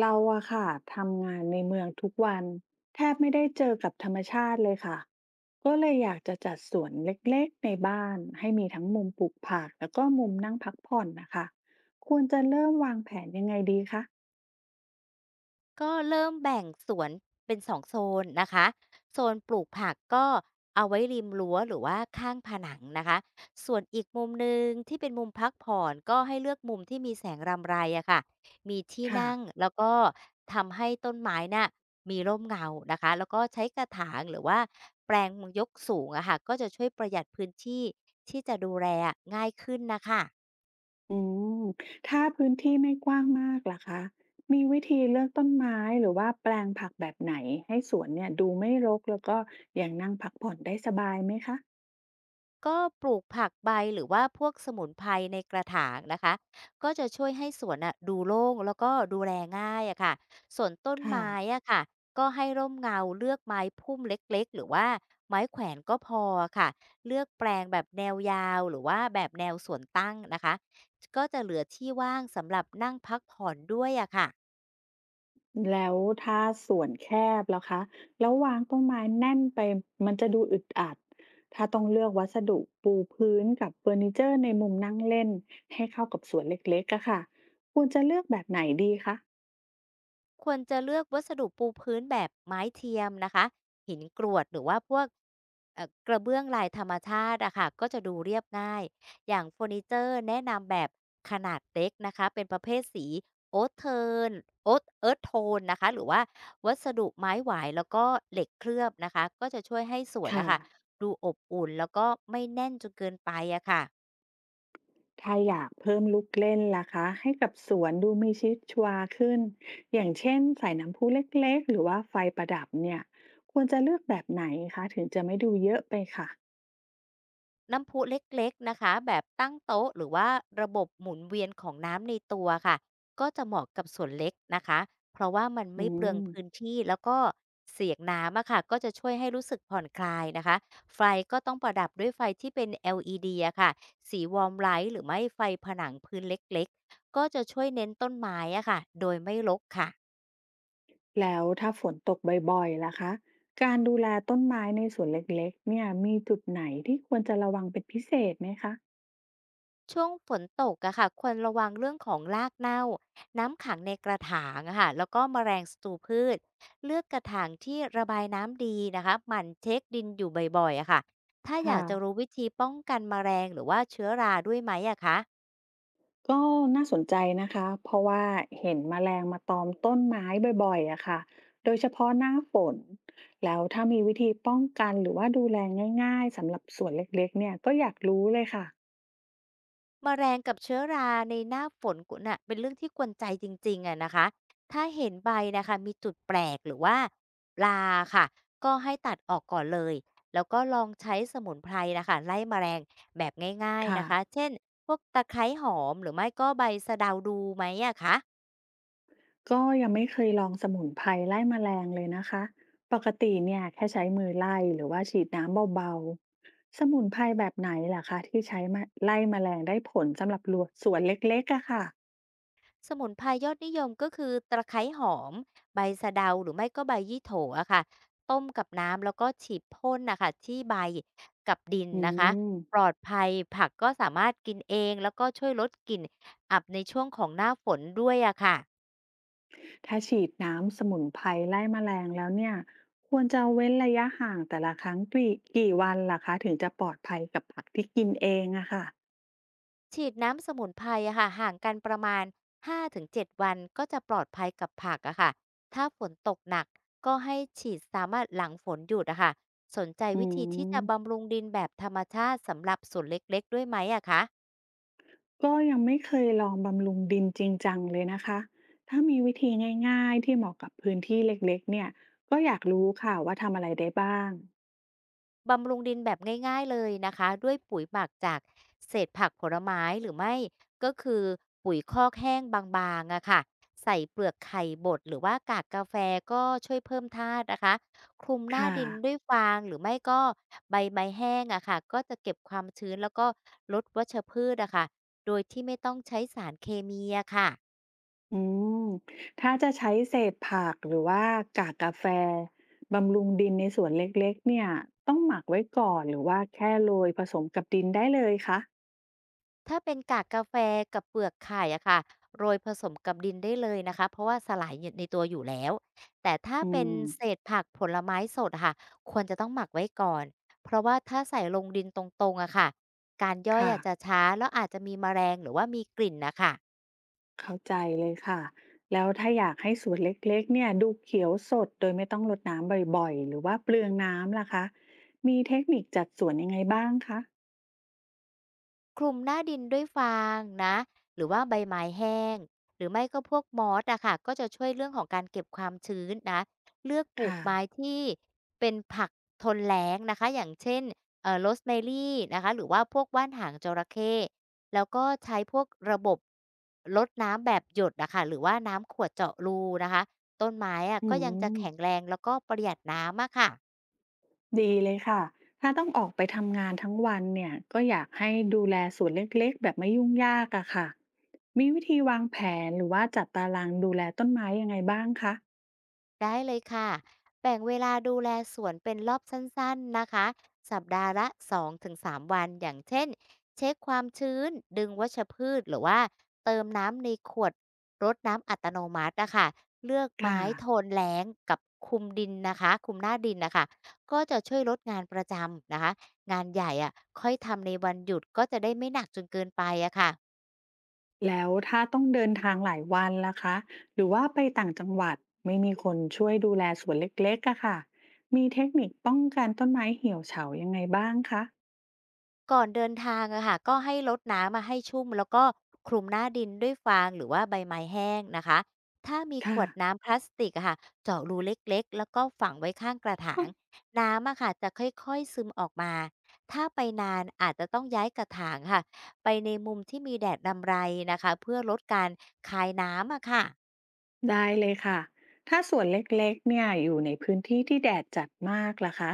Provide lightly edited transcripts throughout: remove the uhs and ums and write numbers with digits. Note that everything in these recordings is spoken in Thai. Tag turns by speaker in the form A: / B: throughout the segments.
A: เราอะค่ะทำงานในเมืองทุกวันแทบไม่ได้เจอกับธรรมชาติเลยค่ะก็เลยอยากจะจัดสวนเล็กๆในบ้านให้มีทั้งมุมปลูกผักแล้วก็มุมนั่งพักผ่อนนะคะควรจะเริ่มวางแผนยังไงดีคะ
B: ก็เริ่มแบ่งสวนเป็นสองโซนนะคะโซนปลูกผักก็เอาไว้ริมรั้วหรือว่าข้างผนังนะคะส่วนอีกมุมหนึ่งที่เป็นมุมพักผ่อนก็ให้เลือกมุมที่มีแสงรำไรอะค่ะมีที่
A: ค่ะ
B: นั่งแล้วก็ทำให้ต้นไม้น่ะมีร่มเงานะคะแล้วก็ใช้กระถางหรือว่าแปลงยกสูงอะค่ะก็จะช่วยประหยัดพื้นที่ที่จะดูแลง่ายขึ้นนะคะ
A: อืมถ้าพื้นที่ไม่กว้างมากล่ะคะมีวิธีเลือกต้นไม้หรือว่าแปลงผักแบบไหนให้สวนเนี่ยดูไม่รกแล้วก็ยังนั่งพักผ่อนได้สบายไหมคะ
B: ก็ปลูกผักใบหรือว่าพวกสมุนไพรในกระถางนะคะก็จะช่วยให้สวนอ่ะดูโล่งแล้วก็ดูแลง่ายอะค่ะส่วนต้น
A: ค่ะ
B: ไม้อะค่ะก็ให้ร่มเงาเลือกไม้พุ่มเล็กๆหรือว่าไม้แขวนก็พอค่ะเลือกแปลงแบบแนวยาวหรือว่าแบบแนวสวนตั้งนะคะก็จะเหลือที่ว่างสำหรับนั่งพักผ่อนด้วยอะค่ะ
A: แล้วถ้าสวนแคบแล้วคะแล้ววางต้นไม้แน่นไปมันจะดูอึดอัด ถ้าต้องเลือกวัสดุปูพื้นกับเฟอร์นิเจอร์ในมุมนั่งเล่นให้เข้ากับสวนเล็กๆอะค่ะควรจะเลือกแบบไหนดีคะ
B: ควรจะเลือกวัสดุปูพื้นแบบไม้เทียมนะคะหินกรวดหรือว่าพวกกระเบื้องลายธรรมชาติอะค่ะก็จะดูเรียบง่ายอย่างเฟอร์นิเจอร์แนะนำแบบขนาดเล็กนะคะเป็นประเภทสีโอ๊ตเทิร์นโอ๊ตเอิร์ธโทนนะคะหรือว่าวัสดุไม้หวายแล้วก็เหล็กเคลือบนะคะก็จะช่วยให้สวน
A: ค่ะ
B: นะคะดูอบอุ่นแล้วก็ไม่แน่นจนเกินไปอะค่ะ
A: ถ้าอยากเพิ่มลูกเล่นล่ะคะให้กับสวนดูมีชีวิตชีวาขึ้น อย่างเช่นใส่น้ำพุเล็กๆหรือว่าไฟประดับเนี่ยควรจะเลือกแบบไหนคะถึงจะไม่ดูเยอะไปค่ะ
B: น้ำพุเล็กๆนะคะแบบตั้งโต๊ะหรือว่าระบบหมุนเวียนของน้ำในตัวค่ะก็จะเหมาะกับส่วนเล็กนะคะเพราะว่ามัน
A: อื
B: ไม่เปลือง
A: ม
B: พื้นที่แล้วก็เสียงน้ำอะค่ะก็จะช่วยให้รู้สึกผ่อนคลายนะคะไฟก็ต้องประดับด้วยไฟที่เป็น LED อลอีดีอะค่ะสีวอร์มไลท์หรือไม่ไฟผนังพื้นเล็กๆก็จะช่วยเน้นต้นไม้อะค่ะโดยไม่รกค่ะ
A: แล้วถ้าฝนตกบ่อยๆล่ะคะการดูแลต้นไม้ในสวนเล็กๆเนี่ยมีจุดไหนที่ควรจะระวังเป็นพิเศษไหมคะ
B: ช่วงฝนตกอะค่ะควรระวังเรื่องของรากเน่า น้ำขังในกระถางอะค่ะแล้วก็แมลงศัตรูพืชเลือกกระถางที่ระบายน้ำดีนะคะหมั่นเช็คดินอยู่บ่อยๆอะค่ะถ้าอยา
A: ค่ะ
B: กจะรู้วิธีป้องกันแมลงหรือว่าเชื้อราด้วยไหมอะคะ
A: ก็น่าสนใจนะคะเพราะว่าเห็นแมลงมาตอมต้นไม้บ่อยๆอะค่ะโดยเฉพาะหน้าฝน แล้วถ้ามีวิธีป้องกันหรือว่าดูแลง่ายๆ สำหรับสวนเล็กๆเนี่ยก็อยากรู้เลยค่ะ
B: แมลงกับเชื้อราในหน้าฝนกน่ะเป็นเรื่องที่กวนใจจริงๆอะนะคะถ้าเห็นใบนะคะมีจุดแปลกหรือว่าราค่ะก็ให้ตัดออกก่อนเลยแล้วก็ลองใช้สมุนไพรนะคะไล่แมลงแบบง่ายๆ
A: ค่ะ
B: นะคะเช่นพวกตะไคร้หอมหรือไม่ก็ใบสะเดาดูไหมอะคะ
A: ก็ยังไม่เคยลองสมุนไพรไล่แมลงเลยนะคะปกติเนี่ยแค่ใช้มือไล่หรือว่าฉีดน้ำเบาๆสมุนไพรแบบไหนล่ะคะที่ใช้มาไล่แมลงได้ผลสำหรับรัวสวนเล็กๆอะค่ะ
B: สมุนไพรยอดนิยมก็คือตะไคร้หอมใบสะเดาหรือไม่ก็ใบยี่โถอะค่ะต้มกับน้ำแล้วก็ฉีดพ่นนะคะที่ใบกับดิน
A: อื
B: นะคะ
A: ม
B: ปลอดภัยผักก็สามารถกินเองแล้วก็ช่วยลดกลิ่นอับในช่วงของหน้าฝนด้วยอะค่ะ
A: ถ้าฉีดน้ำสมุนไพรไล่แมลงแล้วเนี่ยควรจะเว้นระยะห่างแต่ละครั้งกี่วันล่ะคะถึงจะปลอดภัยกับผักที่กินเองอะค่ะ
B: ฉีดน้ำสมุนไพรอะค่ะห่างกันประมาณ5-7วันก็จะปลอดภัยกับผักอะค่ะถ้าฝนตกหนักก็ให้ฉีดสามารถหลังฝนหยุดอะค่ะสนใจ
A: อื
B: วิธีที่
A: ม
B: จะบำรุงดินแบบธรรมชาติสำหรับสวนเล็กๆด้วยไหมอะคะ
A: ก็ยังไม่เคยลองบำรุงดินจริงจังเลยนะคะ ถ้ามีวิธีง่ายๆที่เหมาะกับพื้นที่เล็กๆเนี่ยก็อยากรู้ค่ะว่าทำอะไรได้บ้าง
B: บำรุงดินแบบง่ายๆเลยนะคะด้วยปุ๋ยหมักจากเศษผักผลไม้หรือไม่ก็คือปุ๋ยคอกแห้งบางๆอะค่ะใส่เปลือกไข่บดหรือว่ากากกาแฟก็ช่วยเพิ่มธาตุนะคะคลุมหน้า
A: ค่ะ
B: ดินด้วยฟางหรือไม่ก็ใบไม้แห้งอะค่ะก็จะเก็บความชื้นแล้วก็ลดวัชพืชอะค่ะโดยที่ไม่ต้องใช้สารเคมีอะค่ะ
A: อืมถ้าจะใช้เศษผักหรือว่ากากกาแฟบำรุงดินในสวนเล็กๆเนี่ยต้องหมักไว้ก่อนหรือว่าแค่โรยผสมกับดินได้เลยคะ
B: ถ้าเป็นกากกาแฟกับเปลือกไข่อะค่ะโรยผสมกับดินได้เลยนะคะเพราะว่าสลายในตัวอยู่แล้วแต่ถ้า
A: อื
B: เป็น
A: ม
B: เศษผักผลไม้สดอะค่ะควรจะต้องหมักไว้ก่อนเพราะว่าถ้าใส่ลงดินตรงๆอะค่ะการย่อย
A: ค่ะ
B: อาจจะช้าแล้วอาจจะมีแมลงหรือว่ามีกลิ่นนะคะ
A: เข้าใจเลยค่ะแล้วถ้าอยากให้สวนเล็กๆเนี่ยดูเขียวสดโดยไม่ต้องรดน้ำบ่อยๆหรือว่าเปลืองน้ำล่ะคะมีเทคนิคจัดสวนยังไงบ้างคะ
B: คลุมหน้าดินด้วยฟางนะหรือว่าใบไม้แห้งหรือไม่ก็พวกมอสอะค่ะก็จะช่วยเรื่องของการเก็บความชื้นนะเลือกปลูก
A: ค่ะ
B: ไม้ที่เป็นผักทนแล้งนะคะอย่างเช่นโรสแมรี่นะคะหรือว่าพวกว่านหางจระเข้แล้วก็ใช้พวกระบบลดน้ำแบบหยดอะค่ะหรือว่าน้ำขวดเจาะรูนะคะต้นไม้อะ
A: อื
B: ก็ยังจะแข็งแร
A: ม
B: งแล้วก็ประหยัดน้ำอะค่ะ
A: ดีเลยค่ะถ้าต้องออกไปทำงานทั้งวันเนี่ยก็อยากให้ดูแลสวนเล็กๆแบบไม่ยุ่งยากอะค่ะมีวิธีวางแผนหรือว่าจัดตารางดูแลต้นไม้ยังไงบ้างคะ
B: ได้เลยค่ะแบ่งเวลาดูแลสวนเป็นรอบสั้นๆนะคะ สัปดาห์ละ2-3วัน อย่างเช่นเช็คความชื้นดึงวัชพืชหรือว่าเติมน้ำในขวดรดน้ำอัตโนมัตินะคะเลือก
A: ค่ะ
B: ไม้โทนแล้งกับคุมดินนะคะคุมหน้าดินนะคะ ก็จะช่วยลดงานประจำนะคะงานใหญ่อะ่ะค่อยทำในวันหยุดก็จะได้ไม่หนักจนเกินไปอะค่ะ
A: แล้วถ้าต้องเดินทางหลายวันล่ะคะหรือว่าไปต่างจังหวัดไม่มีคนช่วยดูแลสวนเล็กๆอะค่ะมีเทคนิคป้องกันต้นไม้เหี่ยวเฉายังไงบ้างคะ
B: ก่อนเดินทางอะค่ะก็ให้รดน้ำมาให้ชุ่มแล้วก็คลุมหน้าดินด้วยฟางหรือว่าใบไม้แห้งนะคะถ้ามีข
A: ค่ะ
B: วดน้ำพลาสติกอะค่ะเจาะรูเล็กๆแล้วก็ฝังไว้ข้างกระถางน้ำอะค่ะจะค่อยๆซึมออกมาถ้าไปนานอาจจะต้องย้ายกระถางค่ะไปในมุมที่มีแดดรำไรนะคะเพื่อลดการคายน้ำอะค่ะ
A: ได้เลยค่ะถ้าสวนเล็กๆเนี่ยอยู่ในพื้นที่ที่แดดจัดมากล่ะคะ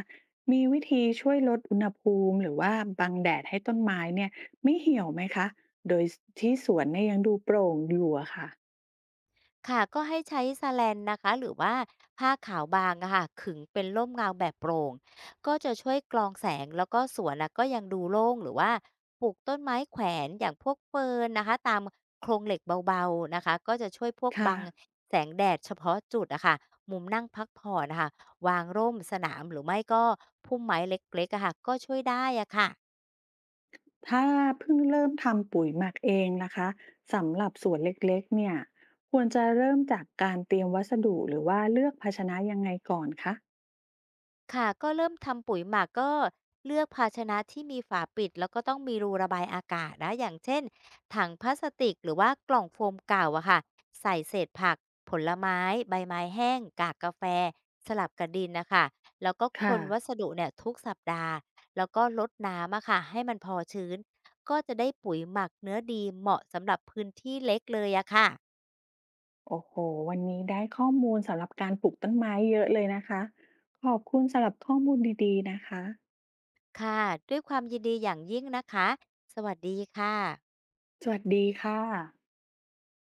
A: มีวิธีช่วยลดอุณหภูมิหรือว่าบังแดดให้ต้นไม้เนี่ยไม่เหี่ยวไหมคะโดยที่สวนเนี่ยยังดูโปร่งอยู่อะค่ะ
B: ค่ะก็ให้ใช้สแลนนะคะหรือว่าผ้าขาวบางอะค่ะขึงเป็นร่มเงาแบบโปร่งก็จะช่วยกรองแสงแล้วก็สวนอะก็ยังดูโล่งหรือว่าปลูกต้นไม้แขวนอย่างพวกเฟิร์นนะคะตามโครงเหล็กเบาๆนะคะก็จะช่วยพวก
A: ค่ะ
B: บังแสงแดดเฉพาะจุดอะค่ะมุมนั่งพักผ่อนนะคะวางร่มสนามหรือไม่ก็พุ่มไม้เล็กๆอะค่ะก็ช่วยได้อะค่ะ
A: ถ้าเพิ่งเริ่มทำปุ๋ยหมักเองนะคะสำหรับสวนเล็กๆเนี่ยควรจะเริ่มจากการเตรียมวัสดุหรือว่าเลือกภาชนะยังไงก่อนคะ
B: ค่ะก็เริ่มทำปุ๋ยหมักก็เลือกภาชนะที่มีฝาปิดแล้วก็ต้องมีรูระบายอากาศนะอย่างเช่นถังพลาสติกหรือว่ากล่องโฟมเก่าอะค่ะใส่เศษผักผลไม้ใบไม้แห้งกากกาแฟสลับกับดินนะคะแล้วก็ค
A: ค่ะ
B: นวัสดุเนี่ยทุกสัปดาห์แล้วก็ลดน้ำอะค่ะให้มันพอชื้นก็จะได้ปุ๋ยหมักเนื้อดีเหมาะสำหรับพื้นที่เล็กเลยอะค่ะ
A: โอ้โหวันนี้ได้ข้อมูลสำหรับการปลูกต้นไม้เยอะเลยนะคะขอบคุณสำหรับข้อมูลดีๆนะคะ
B: ค่ะด้วยความยินดีอย่างยิ่งนะคะสวัสดีค่ะ
A: สวัสดีค่ะ